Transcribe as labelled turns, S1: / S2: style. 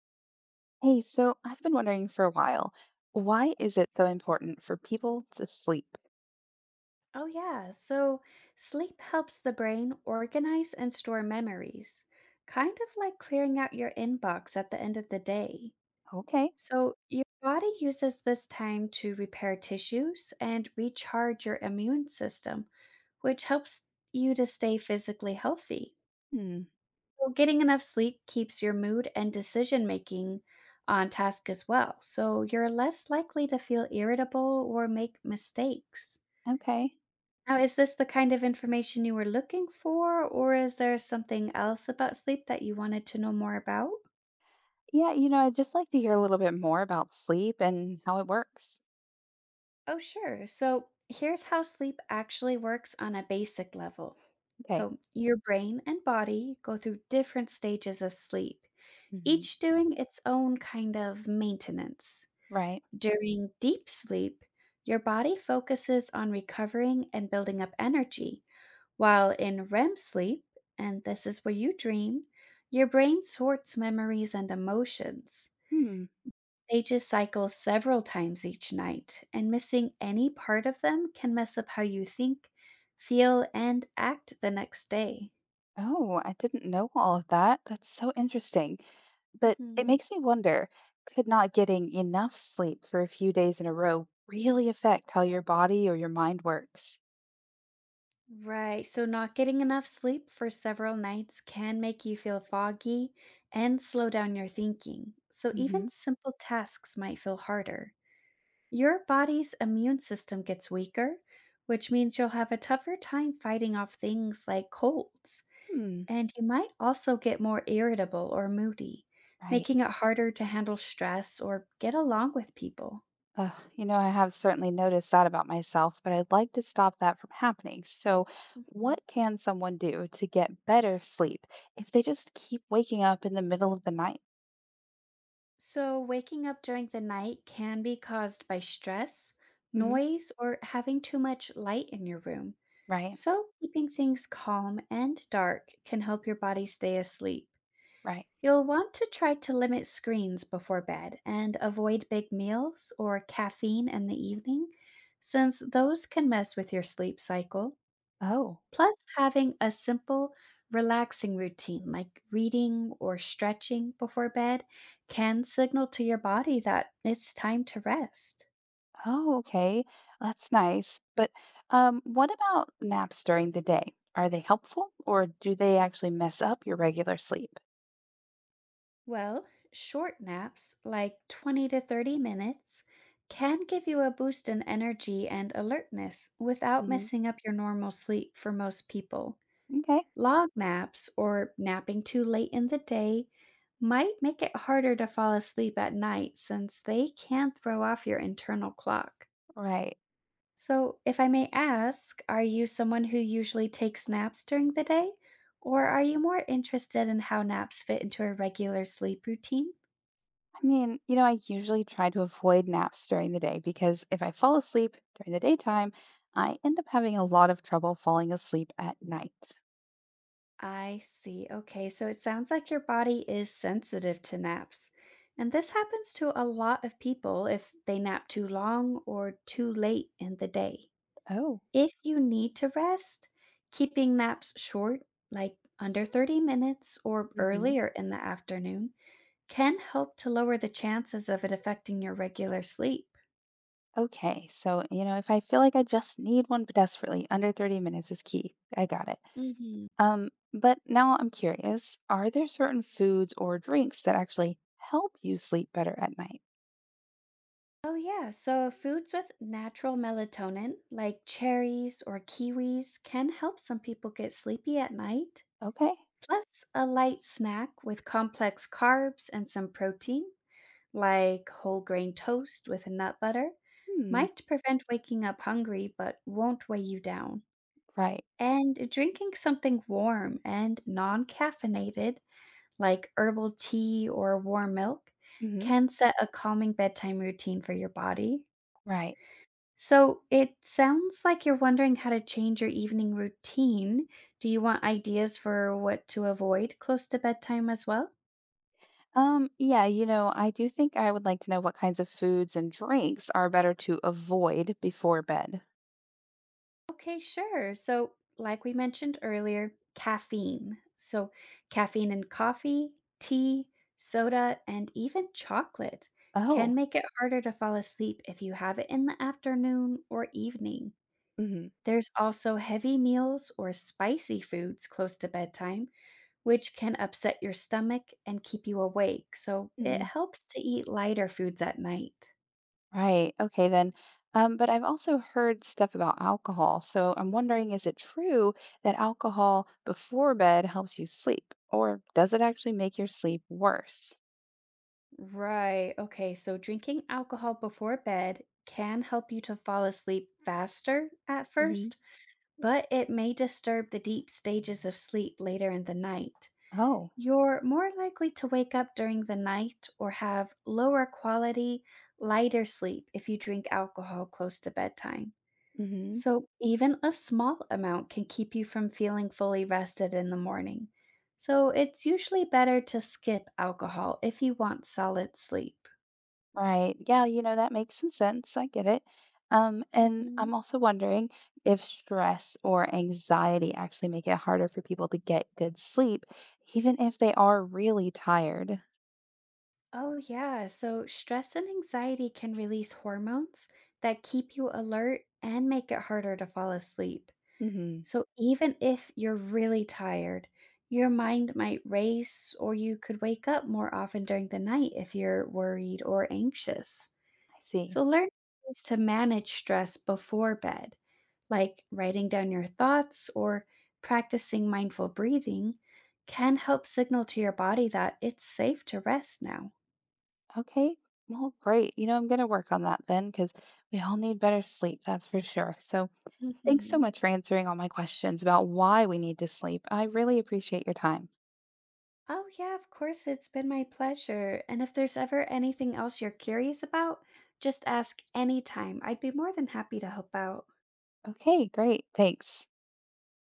S1: Hey, so I've been wondering for a while, why is it so important for people to sleep?
S2: Oh, yeah. So sleep helps the brain organize and store memories, kind of like clearing out your inbox at the end of the day.
S1: Okay.
S2: So your body uses this time to repair tissues and recharge your immune system, which helps you to stay physically healthy.
S1: Hmm.
S2: So getting enough sleep keeps your mood and decision making on task as well. So you're less likely to feel irritable or make mistakes.
S1: Okay.
S2: Now, is this the kind of information you were looking for, or is there something else about sleep that you wanted to know more about?
S1: Yeah, I'd just like to hear a little bit more about sleep and how it works.
S2: Oh, sure. So here's how sleep actually works on a basic level.
S1: Okay.
S2: So your brain and body go through different stages of sleep,
S1: Hmm.
S2: each doing its own kind of maintenance.
S1: Right.
S2: During deep sleep, your body focuses on recovering and building up energy, while in REM sleep, and this is where you dream, your brain sorts memories and emotions.
S1: Hmm.
S2: They just cycle several times each night, and missing any part of them can mess up how you think, feel, and act the next day.
S1: Oh, I didn't know all of that. That's so interesting. But it
S2: Mhm.
S1: makes me wonder, could not getting enough sleep for a few days in a row really affect how your body or your mind works?
S2: Right, so not getting enough sleep for several nights can make you feel foggy and slow down your thinking. So even
S1: Mm-hmm.
S2: simple tasks might feel harder. Your body's immune system gets weaker, which means you'll have a tougher time fighting off things like colds.
S1: Hmm.
S2: And you might also get more irritable or moody,
S1: Right.
S2: making it harder to handle stress or get along with people.
S1: Ugh, I have certainly noticed that about myself, but I'd like to stop that from happening. So, what can someone do to get better sleep if they just keep waking up in the middle of the night?
S2: So waking up during the night can be caused by stress,
S1: Hmm.
S2: noise, or having too much light in your room.
S1: Right,
S2: So keeping things calm and dark can help your body stay asleep.
S1: right.
S2: You'll want to try to limit screens before bed and avoid big meals or caffeine in the evening, since those can mess with your sleep cycle.
S1: Oh,
S2: Plus, having a simple, relaxing routine like reading or stretching before bed can signal to your body that it's time to rest.
S1: oh, okay. That's nice. But what about naps during the day? Are they helpful or do they actually mess up your regular sleep?
S2: Well, short naps, like 20 to 30 minutes, can give you a boost in energy and alertness without
S1: Hmm.
S2: messing up your normal sleep for most people.
S1: Okay,
S2: Long naps or napping too late in the day might make it harder to fall asleep at night since they can throw off your internal clock.
S1: right.
S2: So if I may ask, are you someone who usually takes naps during the day? Or are you more interested in how naps fit into a regular sleep routine?
S1: I mean, I usually try to avoid naps during the day because if I fall asleep during the daytime, I end up having a lot of trouble falling asleep at night.
S2: I see. Okay, so it sounds like your body is sensitive to naps. And this happens to a lot of people if they nap too long or too late in the day.
S1: Oh.
S2: If you need to rest, keeping naps short, like under 30 minutes or
S1: Hmm.
S2: earlier in the afternoon, can help to lower the chances of it affecting your regular sleep.
S1: Okay, so if I feel like I just need one desperately, under 30 minutes is key. I got it.
S2: Hmm.
S1: But now I'm curious, are there certain foods or drinks that actually help you sleep better at night?
S2: Oh, yeah. So foods with natural melatonin, like cherries or kiwis, can help some people get sleepy at night.
S1: Okay.
S2: Plus, a light snack with complex carbs and some protein, like whole grain toast with nut butter,
S1: Hmm.
S2: might prevent waking up hungry but won't weigh you down.
S1: Right.
S2: And drinking something warm and non caffeinated like herbal tea or warm milk,
S1: Hmm.
S2: can set a calming bedtime routine for your body.
S1: Right.
S2: So it sounds like you're wondering how to change your evening routine. Do you want ideas for what to avoid close to bedtime as well?
S1: Yeah, I do think I would like to know what kinds of foods and drinks are better to avoid before bed.
S2: Okay, sure. So, like we mentioned earlier, caffeine. So caffeine in coffee, tea, soda, and even chocolate can
S1: Oh.
S2: make it harder to fall asleep if you have it in the afternoon or evening.
S1: Hmm.
S2: There's also heavy meals or spicy foods close to bedtime, which can upset your stomach and keep you awake. So it
S1: Mm.
S2: helps to eat lighter foods at night.
S1: Right. Okay, then. But I've also heard stuff about alcohol. So I'm wondering, is it true that alcohol before bed helps you sleep, or does it actually make your sleep worse?
S2: Right. Okay. So drinking alcohol before bed can help you to fall asleep faster at
S1: Hmm.
S2: first, but it may disturb the deep stages of sleep later in the night.
S1: Oh.
S2: You're more likely to wake up during the night or have lower quality, lighter sleep if you drink alcohol close to bedtime. So even a small amount can keep you from feeling fully rested in the morning. So it's usually better to skip alcohol if you want solid sleep.
S1: Right. Yeah, that makes some sense. I get it. And
S2: Mhm.
S1: I'm also wondering if stress or anxiety actually make it harder for people to get good sleep, even if they are really tired.
S2: Oh, yeah. So stress and anxiety can release hormones that keep you alert and make it harder to fall asleep.
S1: Hmm.
S2: So even if you're really tired, your mind might race, or you could wake up more often during the night if you're worried or anxious.
S1: I see.
S2: So learn ways to manage stress before bed, like writing down your thoughts or practicing mindful breathing, can help signal to your body that it's safe to rest now.
S1: Okay. Well, great. I'm going to work on that then because we all need better sleep, that's for sure. So thanks so
S2: Mhm.
S1: much for answering all my questions about why we need to sleep. I really appreciate your time.
S2: Oh, yeah, of course. It's been my pleasure. And if there's ever anything else you're curious about, just ask anytime. I'd be more than happy to help out.
S1: Okay, great. Thanks.